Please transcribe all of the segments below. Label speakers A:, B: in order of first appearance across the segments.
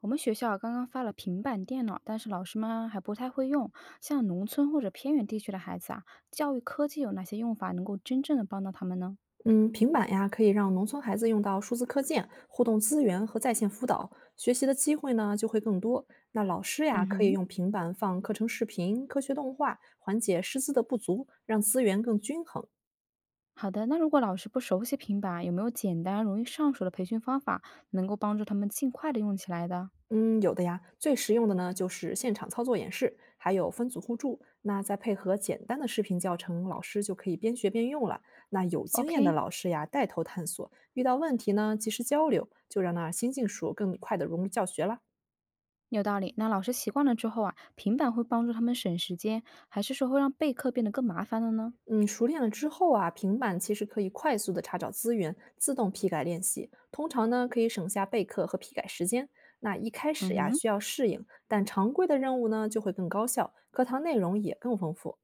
A: 我们学校刚刚发了平板电脑，但是老师们还不太会用。像农村或者偏远地区的孩子啊，教育科技有哪些用法能够真正的帮到他们呢？
B: 嗯，平板呀，可以让农村孩子用到数字课件、互动资源和在线辅导，学习的机会呢就会更多。那老师
A: 嗯
B: 呀，可以
A: 哼。
B: 用平板放课程视频、科学动画，缓解师资的不足，让资源更均衡。
A: 好的，那如果老师不熟悉平板，有没有简单容易上手的培训方法，能够帮助他们尽快的用起来的
B: 嗯，有的呀，最实用的呢就是现场操作演示，还有分组互助。那再配合简单的视频教程，老师就可以边学边用了。那有经验的
A: ？OK，
B: 老师呀，带头探索，遇到问题呢及时交流，就让那新技术更快的融入教学啦。
A: 有道理。那老师习惯了之后啊，平板会帮助他们省时间，还是说会让备课变得更麻烦了呢？
B: 嗯，熟练了之后啊，平板其实可以快速的查找资源，自动批改练习。通常呢，可以省下备课和批改时间。那一开
A: 嗯
B: 始呀，
A: 哼。
B: 需要适应，但常规的任务呢，就会更高效，课堂内容也更丰富。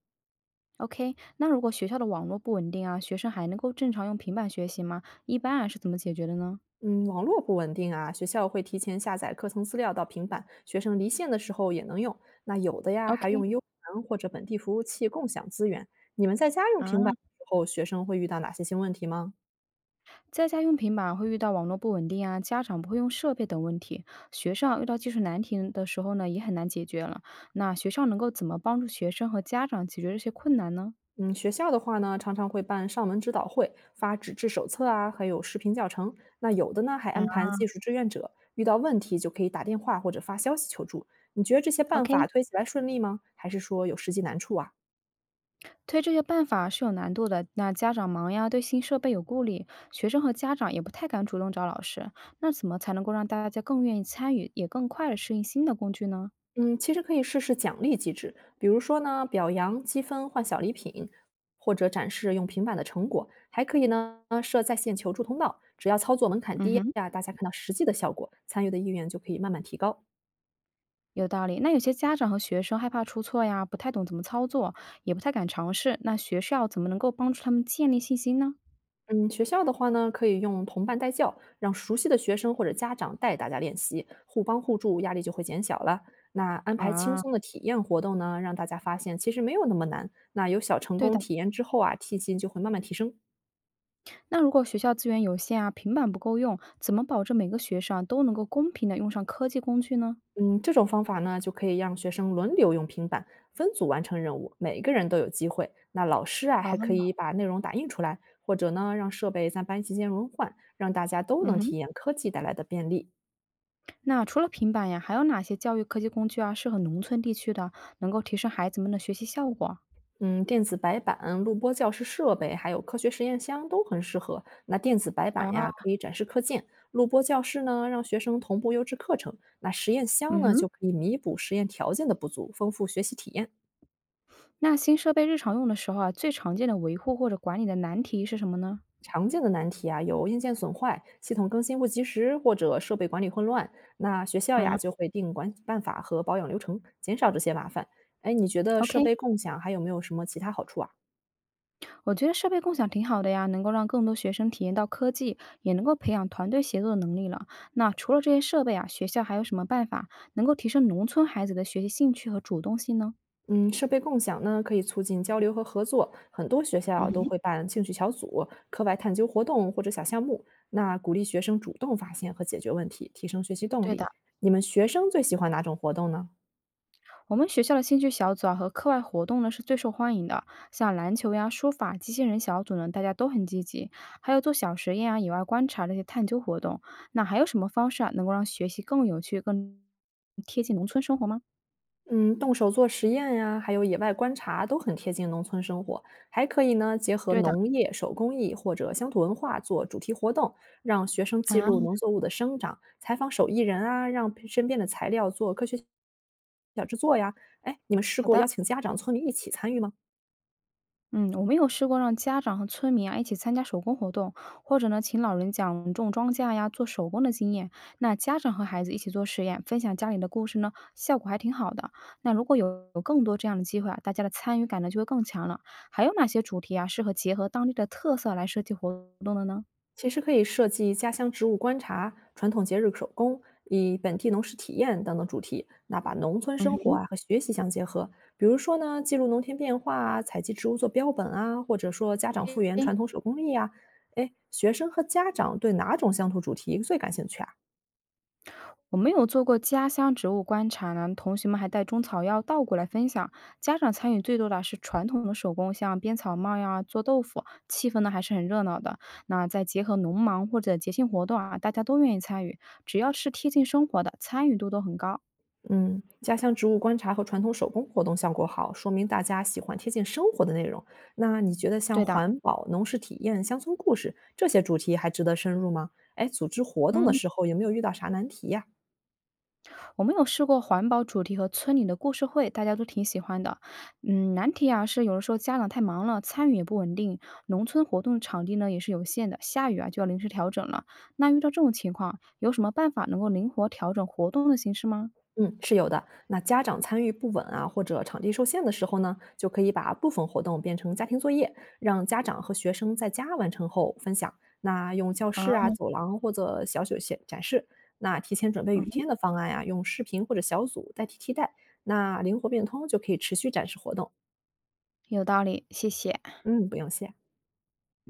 A: OK，那如果学校的网络不稳定啊，学生还能够正常用平板学习吗？一般啊是怎么解决的呢
B: 嗯，网络不稳定啊，学校会提前下载课程资料到平板，学生离线的时候也能用。那有的呀，还
A: ？OK。
B: 用 U 盘或者本地服务器共享资源。你们在家用
A: 啊，
B: 平板的时候，学生会遇到哪些新问题吗？
A: 在家用平板会遇到网络不稳定啊，家长不会用设备等问题，学生啊遇到技术难题的时候呢，也很难解决了。那学校能够怎么帮助学生和家长解决这些困难呢？
B: 嗯，学校的话呢，常常会办上门指导会，发纸质手册啊，还有视频教程。那有的呢，还
A: 啊
B: 安排技术志愿者，遇到问题就可以打电话或者发消息求助。你觉得这些办
A: ，OK，
B: 法推起来顺利吗？还是说有实际难处啊？
A: 推这些办法是有难度的。那家长忙呀，对新设备有顾虑，学生和家长也不太敢主动找老师。那怎么才能够让大家更愿意参与，也更快的适应新的工具呢？
B: 嗯，其实可以试试奖励机制，比如说呢，表扬积分换小礼品，或者展示用平板的成果，还可以呢设在线求助通道，只要操作门槛
A: 嗯
B: 低
A: 哼，
B: 呀、大家看到实际的效果，参与的意愿就可以慢慢提高。
A: 有道理。那有些家长和学生害怕出错呀，不太懂怎么操作，也不太敢尝试。那学校怎么能够帮助他们建立信心呢？
B: 嗯，学校的话呢，可以用同伴带教，让熟悉的学生或者家长带大家练习，互帮互助，压力就会减小了。那安排轻
A: 啊，
B: 松的体验活动呢，让大家发现其实没有那么难。那有小成
A: 对
B: 功
A: 的。
B: 体验之后啊，替薪就会慢慢提升。
A: 那如果学校资源有限啊，平板不够用，怎么保证每个学生啊都能够公平的用上科技工具呢？
B: 嗯，这种方法呢，就可以让学生轮流用平板分组完成任务，每个人都有机会。那老师啊，还可
A: 啊，
B: 以把内容打印出来，或者呢，让设备在班级间轮换，让大家都
A: 嗯
B: 能
A: 哼。
B: 体验科技带来的便利。
A: 那除了平板呀，还有哪些教育科技工具啊，适合农村地区的，能够提升孩子们的学习效果？
B: 嗯，电子白板、录播教室设备，还有科学实验箱都很适合。那电子白板
A: 啊，
B: 呀，可以展示课件；录播教室呢，让学生同步优质课程。那实验箱
A: 嗯
B: 呢，
A: 哼。
B: 就可以弥补实验条件的不足，丰富学习体验。
A: 那新设备日常用的时候啊，最常见的维护或者管理的难题是什么呢？
B: 常见的难题啊，有硬件损坏、系统更新不及时，或者设备管理混乱。那学校
A: 啊
B: 呀，就会定管办法和保养流程，减少这些麻烦。哎，你觉得设
A: ，OK，
B: 备共享还有没有什么其他好处啊？
A: 我觉得设备共享挺好的呀，能够让更多学生体验到科技，也能够培养团队协作的能力了。那除了这些设备啊，学校还有什么办法能够提升农村孩子的学习兴趣和主动性呢？
B: 嗯，设备共享呢，可以促进交流和合作。很多学
A: 嗯
B: 校都
A: 哼。
B: 会办兴趣小组、课外探究活动或者小项目，那鼓励学生主动发现和解决问题，提升学习动
A: 对
B: 力。
A: 的，
B: 你们学生最喜欢哪种活动呢？
A: 我们学校的兴趣小组啊和课外活动呢是最受欢迎的，像篮球呀、书法、机器人小组呢，大家都很积极，还有做小实验啊、野外观察这些探究活动。那还有什么方式啊，能够让学习更有趣、更贴近农村生活吗？
B: 嗯，动手做实验呀，还有野外观察都很贴近农村生活，还可以呢结合
A: 对的
B: 农业、手工艺或者乡土文化做主题活动，让学生记
A: 啊，
B: 录农作物的生长，采访手艺人啊，让身边的材料做科学小制作呀。哎，你们试
A: 好
B: 过邀
A: 的。
B: 请家长、村民一起参与吗？
A: 嗯，我们有试过让家长和村民啊一起参加手工活动，或者呢请老人讲种庄稼呀、做手工的经验。那家长和孩子一起做实验，分享家里的故事呢，效果还挺好的。那如果有更多这样的机会啊，大家的参与感呢就会更强了。还有哪些主题啊适合结合当地的特色来设计活动的呢
B: 其实可以设计家乡植物观察、传统节日手工、以本地农事体验等等主题，那把农村生活啊和学习相结合。比如说呢，记录农田变化啊，采集植物做标本啊，或者说家长复原
A: ？OK，
B: 传统手工艺啊。哎，学生和家长对哪种乡土主题最感兴趣啊？
A: 我没有做过家乡植物观察呢，同学们还带中草药倒过来分享。家长参与最多的是传统的手工，像编草帽呀、做豆腐，气氛呢还是很热闹的。那再结合农忙或者节庆活动啊，大家都愿意参与，只要是贴近生活的，参与度都很高。
B: 嗯，家乡植物观察和传统手工活动效果好，说明大家喜欢贴近生活的内容。那你觉得像
A: 对的。
B: 环保、农事体验、乡村故事这些主题还值得深入吗？哎，组织活动的
A: 嗯，
B: 时候有没有遇到啥难题呀、
A: 我们有试过环保主题和村里的故事会，大家都挺喜欢的。嗯，难题啊是有的时候家长太忙了，参与也不稳定，农村活动场地呢也是有限的，下雨啊就要临时调整了。那遇到这种情况，有什么办法能够灵活调整活动的形式吗？
B: 嗯，是有的。那家长参与不稳啊，或者场地受限的时候呢，就可以把部分活动变成家庭作业，让家长和学生在家完成后分享。那用教
A: 啊，
B: 室啊、走廊或者小酒线展示。那提前准备
A: 嗯
B: 雨
A: 哼，
B: 天的方案呀、用视频或者小组代替替代。那灵活变通就可以持续展示活动。
A: 有道理，谢谢。
B: 嗯，不用谢。